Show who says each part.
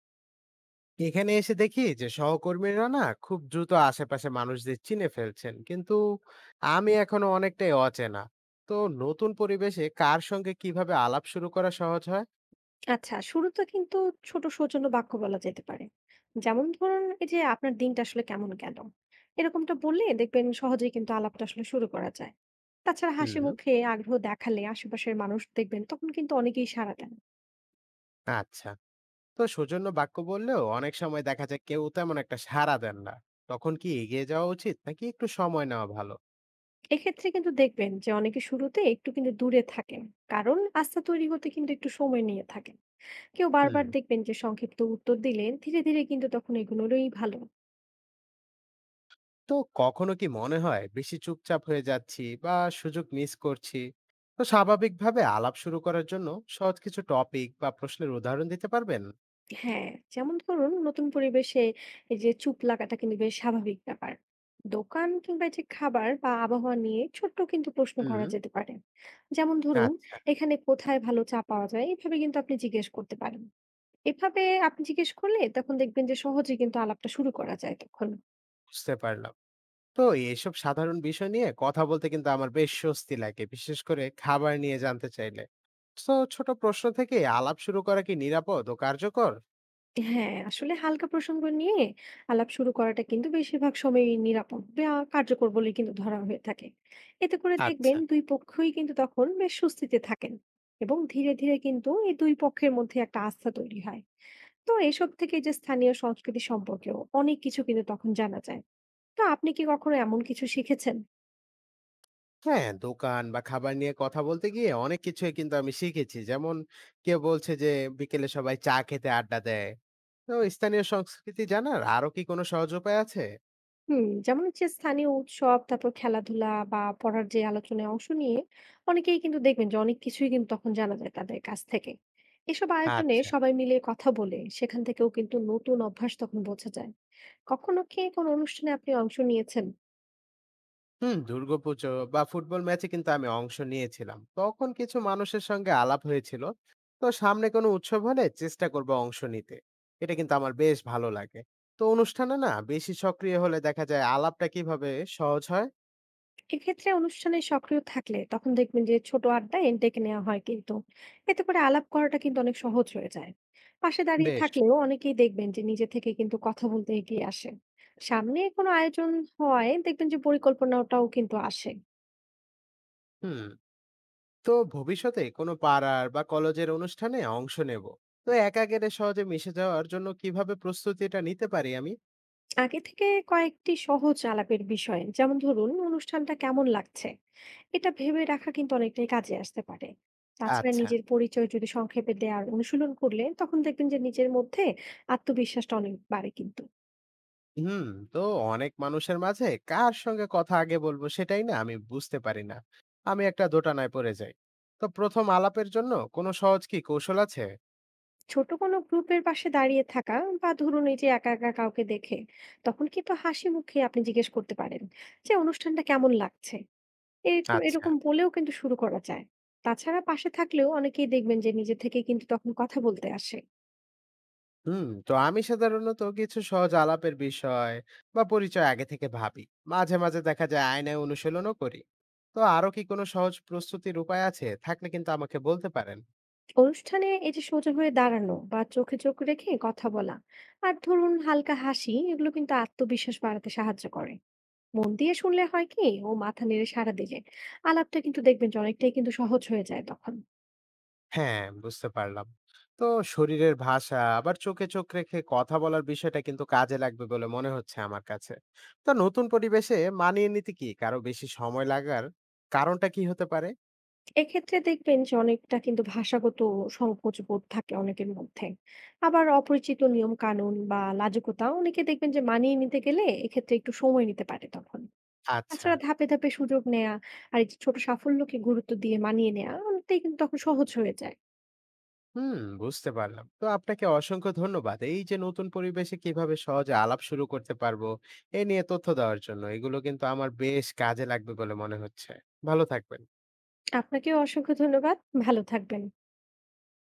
Speaker 1: এখানে এসে দেখি যে সহকর্মীরা না খুব দ্রুত আশেপাশে মানুষদের চিনে ফেলছেন, কিন্তু আমি এখনো অনেকটাই অচেনা। তো নতুন পরিবেশে কার সঙ্গে কিভাবে আলাপ শুরু করা সহজ হয়?
Speaker 2: আচ্ছা, শুরুতে কিন্তু ছোট সৌজন্য বাক্য বলা যেতে পারে। যেমন ধরুন, এই যে আপনার দিনটা আসলে কেমন গেল, এরকমটা বললে দেখবেন সহজেই কিন্তু আলাপটা আসলে শুরু করা যায়। তাছাড়া হাসি
Speaker 1: হুম,
Speaker 2: মুখে আগ্রহ দেখালে আশেপাশের মানুষ দেখবেন তখন কিন্তু অনেকেই সাড়া দেন।
Speaker 1: আচ্ছা। তো সৌজন্য বাক্য বললেও অনেক সময় দেখা যায় কেউ তেমন একটা সাড়া দেন না। তখন কি এগিয়ে যাওয়া উচিত নাকি একটু সময় নেওয়া ভালো?
Speaker 2: এক্ষেত্রে কিন্তু দেখবেন যে অনেকে শুরুতে একটু কিন্তু দূরে থাকেন, কারণ আস্থা তৈরি হতে কিন্তু একটু সময় নিয়ে থাকে। কেউ বারবার
Speaker 1: হুম।
Speaker 2: দেখবেন যে সংক্ষিপ্ত উত্তর দিলেন, ধীরে ধীরে কিন্তু তখন এগুলোরই ভালো।
Speaker 1: তো কখনো কি মনে হয় বেশি চুপচাপ হয়ে যাচ্ছি বা সুযোগ মিস করছি? তো স্বাভাবিকভাবে আলাপ শুরু করার জন্য সহজ কিছু টপিক বা প্রশ্নের উদাহরণ দিতে পারবেন?
Speaker 2: হ্যাঁ, যেমন ধরুন নতুন পরিবেশে এই যে চুপ লাগাটা কিন্তু বেশ স্বাভাবিক ব্যাপার। দোকান কিংবা এই যে খাবার বা আবহাওয়া নিয়ে ছোট্ট কিন্তু প্রশ্ন
Speaker 1: হুম,
Speaker 2: করা যেতে পারে। যেমন ধরুন,
Speaker 1: আচ্ছা,
Speaker 2: এখানে কোথায় ভালো চা পাওয়া যায়, এভাবে কিন্তু আপনি জিজ্ঞেস করতে পারেন। এভাবে আপনি জিজ্ঞেস করলে তখন দেখবেন যে সহজে কিন্তু আলাপটা শুরু করা যায় তখন।
Speaker 1: বুঝতে পারলাম। তো এইসব সাধারণ বিষয় নিয়ে কথা বলতে কিন্তু আমার বেশ স্বস্তি লাগে, বিশেষ করে খাবার নিয়ে জানতে চাইলে। তো ছোট প্রশ্ন থেকে আলাপ শুরু করা কি নিরাপদ ও কার্যকর?
Speaker 2: হ্যাঁ, আসলে হালকা প্রসঙ্গ নিয়ে আলাপ শুরু করাটা কিন্তু বেশিরভাগ সময়ই নিরাপদ বা কার্যকর বলে কিন্তু ধরা হয়ে থাকে। এতে করে
Speaker 1: আচ্ছা।
Speaker 2: দেখবেন দুই পক্ষই কিন্তু তখন বেশ স্বস্তিতে থাকেন, এবং ধীরে ধীরে কিন্তু এই দুই পক্ষের মধ্যে একটা আস্থা তৈরি হয়। তো এসব থেকে যে স্থানীয় সংস্কৃতি সম্পর্কেও অনেক কিছু কিন্তু তখন জানা যায়। তো আপনি কি কখনো এমন কিছু শিখেছেন?
Speaker 1: হ্যাঁ, দোকান বা খাবার নিয়ে কথা বলতে গিয়ে অনেক কিছুই কিন্তু আমি শিখেছি। যেমন, কেউ বলছে যে বিকেলে সবাই চা খেতে আড্ডা দেয়। তো স্থানীয় সংস্কৃতি জানার আরো কি কোনো সহজ উপায় আছে?
Speaker 2: হুম, যেমন হচ্ছে স্থানীয় উৎসব, তারপর খেলাধুলা বা পড়ার যে আলোচনায় অংশ নিয়ে অনেকেই কিন্তু দেখবেন যে অনেক কিছুই কিন্তু তখন জানা যায় তাদের কাছ থেকে। এসব আয়োজনে
Speaker 1: আচ্ছা।
Speaker 2: সবাই মিলে কথা বলে, সেখান থেকেও কিন্তু নতুন অভ্যাস তখন বোঝা যায়। কখনো কি কোনো অনুষ্ঠানে আপনি অংশ নিয়েছেন?
Speaker 1: হুম, দুর্গাপুজো বা ফুটবল ম্যাচে কিন্তু আমি অংশ নিয়েছিলাম। তখন কিছু মানুষের সঙ্গে আলাপ হয়েছিল। তো সামনে কোনো উৎসব হলে চেষ্টা করব অংশ নিতে। এটা কিন্তু আমার বেশ ভালো লাগে। তো অনুষ্ঠানে না বেশি সক্রিয় হলে দেখা যায় আলাপটা কিভাবে সহজ হয়?
Speaker 2: এক্ষেত্রে অনুষ্ঠানে সক্রিয় থাকলে তখন দেখবেন যে ছোট আড্ডায় ডেকে নেওয়া হয় কিন্তু। এতে করে আলাপ করাটা কিন্তু অনেক সহজ হয়ে যায়। পাশে দাঁড়িয়ে
Speaker 1: বেশ।
Speaker 2: থাকলেও অনেকেই দেখবেন যে নিজে থেকে কিন্তু কথা বলতে এগিয়ে আসে। সামনে কোনো আয়োজন হয় দেখবেন যে পরিকল্পনাটাও কিন্তু আসে।
Speaker 1: হুম। তো ভবিষ্যতে কোনো পাড়ার বা কলেজের অনুষ্ঠানে অংশ নেব। তো একা গেলে সহজে মিশে যাওয়ার জন্য কিভাবে প্রস্তুতিটা নিতে পারি আমি?
Speaker 2: আগে থেকে কয়েকটি সহজ আলাপের বিষয়, যেমন ধরুন অনুষ্ঠানটা কেমন লাগছে, এটা ভেবে রাখা কিন্তু অনেকটাই কাজে আসতে পারে। তাছাড়া
Speaker 1: আচ্ছা,
Speaker 2: নিজের পরিচয় যদি সংক্ষেপে দেওয়ার অনুশীলন করলে তখন দেখবেন যে নিজের মধ্যে আত্মবিশ্বাসটা অনেক বাড়ে কিন্তু।
Speaker 1: হুম। তো অনেক মানুষের মাঝে কার সঙ্গে কথা আগে বলবো সেটাই না আমি বুঝতে পারি না, আমি একটা দোটানায় পড়ে যাই। তো প্রথম আলাপের জন্য কোনো সহজ কি কৌশল আছে?
Speaker 2: ছোট কোনো গ্রুপের পাশে দাঁড়িয়ে থাকা বা ধরুন এই যে একা একা কাউকে দেখে তখন কিন্তু হাসি মুখে আপনি জিজ্ঞেস করতে পারেন যে অনুষ্ঠানটা কেমন লাগছে, এরকম
Speaker 1: আচ্ছা,
Speaker 2: এরকম বলেও কিন্তু শুরু করা যায়। তাছাড়া পাশে থাকলেও অনেকেই দেখবেন যে নিজে থেকে কিন্তু তখন কথা বলতে আসে।
Speaker 1: হুম। তো আমি সাধারণত কিছু সহজ আলাপের বিষয় বা পরিচয় আগে থেকে ভাবি, মাঝে মাঝে দেখা যায় আয়নায় অনুশীলনও করি। তো আরো কি কোনো সহজ প্রস্তুতির উপায় আছে? থাকলে কিন্তু আমাকে বলতে পারেন।
Speaker 2: অনুষ্ঠানে এই যে সোজা হয়ে দাঁড়ানো বা চোখে চোখ রেখে কথা বলা, আর ধরুন হালকা হাসি, এগুলো কিন্তু আত্মবিশ্বাস বাড়াতে সাহায্য করে। মন দিয়ে শুনলে হয় কি ও মাথা নেড়ে সাড়া দিলে আলাপটা কিন্তু দেখবেন যে অনেকটাই কিন্তু সহজ হয়ে যায় তখন।
Speaker 1: হ্যাঁ, বুঝতে পারলাম। তো শরীরের ভাষা আবার চোখে চোখ রেখে কথা বলার বিষয়টা কিন্তু কাজে লাগবে বলে মনে হচ্ছে আমার কাছে। তো নতুন পরিবেশে মানিয়ে নিতে কি কারো বেশি সময় লাগার কারণটা কি হতে পারে?
Speaker 2: এক্ষেত্রে দেখবেন যে অনেকটা কিন্তু ভাষাগত সংকোচ বোধ থাকে অনেকের মধ্যে। আবার অপরিচিত নিয়ম কানুন বা লাজুকতা অনেকে দেখবেন যে মানিয়ে নিতে গেলে এক্ষেত্রে একটু সময় নিতে পারে তখন।
Speaker 1: আচ্ছা,
Speaker 2: তাছাড়া ধাপে ধাপে সুযোগ নেয়া আর এই যে ছোট সাফল্যকে গুরুত্ব দিয়ে মানিয়ে নেয়া অনেকটাই কিন্তু তখন সহজ হয়ে যায়।
Speaker 1: হুম, বুঝতে পারলাম। তো আপনাকে অসংখ্য ধন্যবাদ এই যে নতুন পরিবেশে কিভাবে সহজে আলাপ শুরু করতে পারবো এ নিয়ে তথ্য দেওয়ার জন্য। এগুলো কিন্তু আমার বেশ কাজে লাগবে বলে মনে হচ্ছে। ভালো থাকবেন।
Speaker 2: আপনাকেও অসংখ্য ধন্যবাদ। ভালো থাকবেন।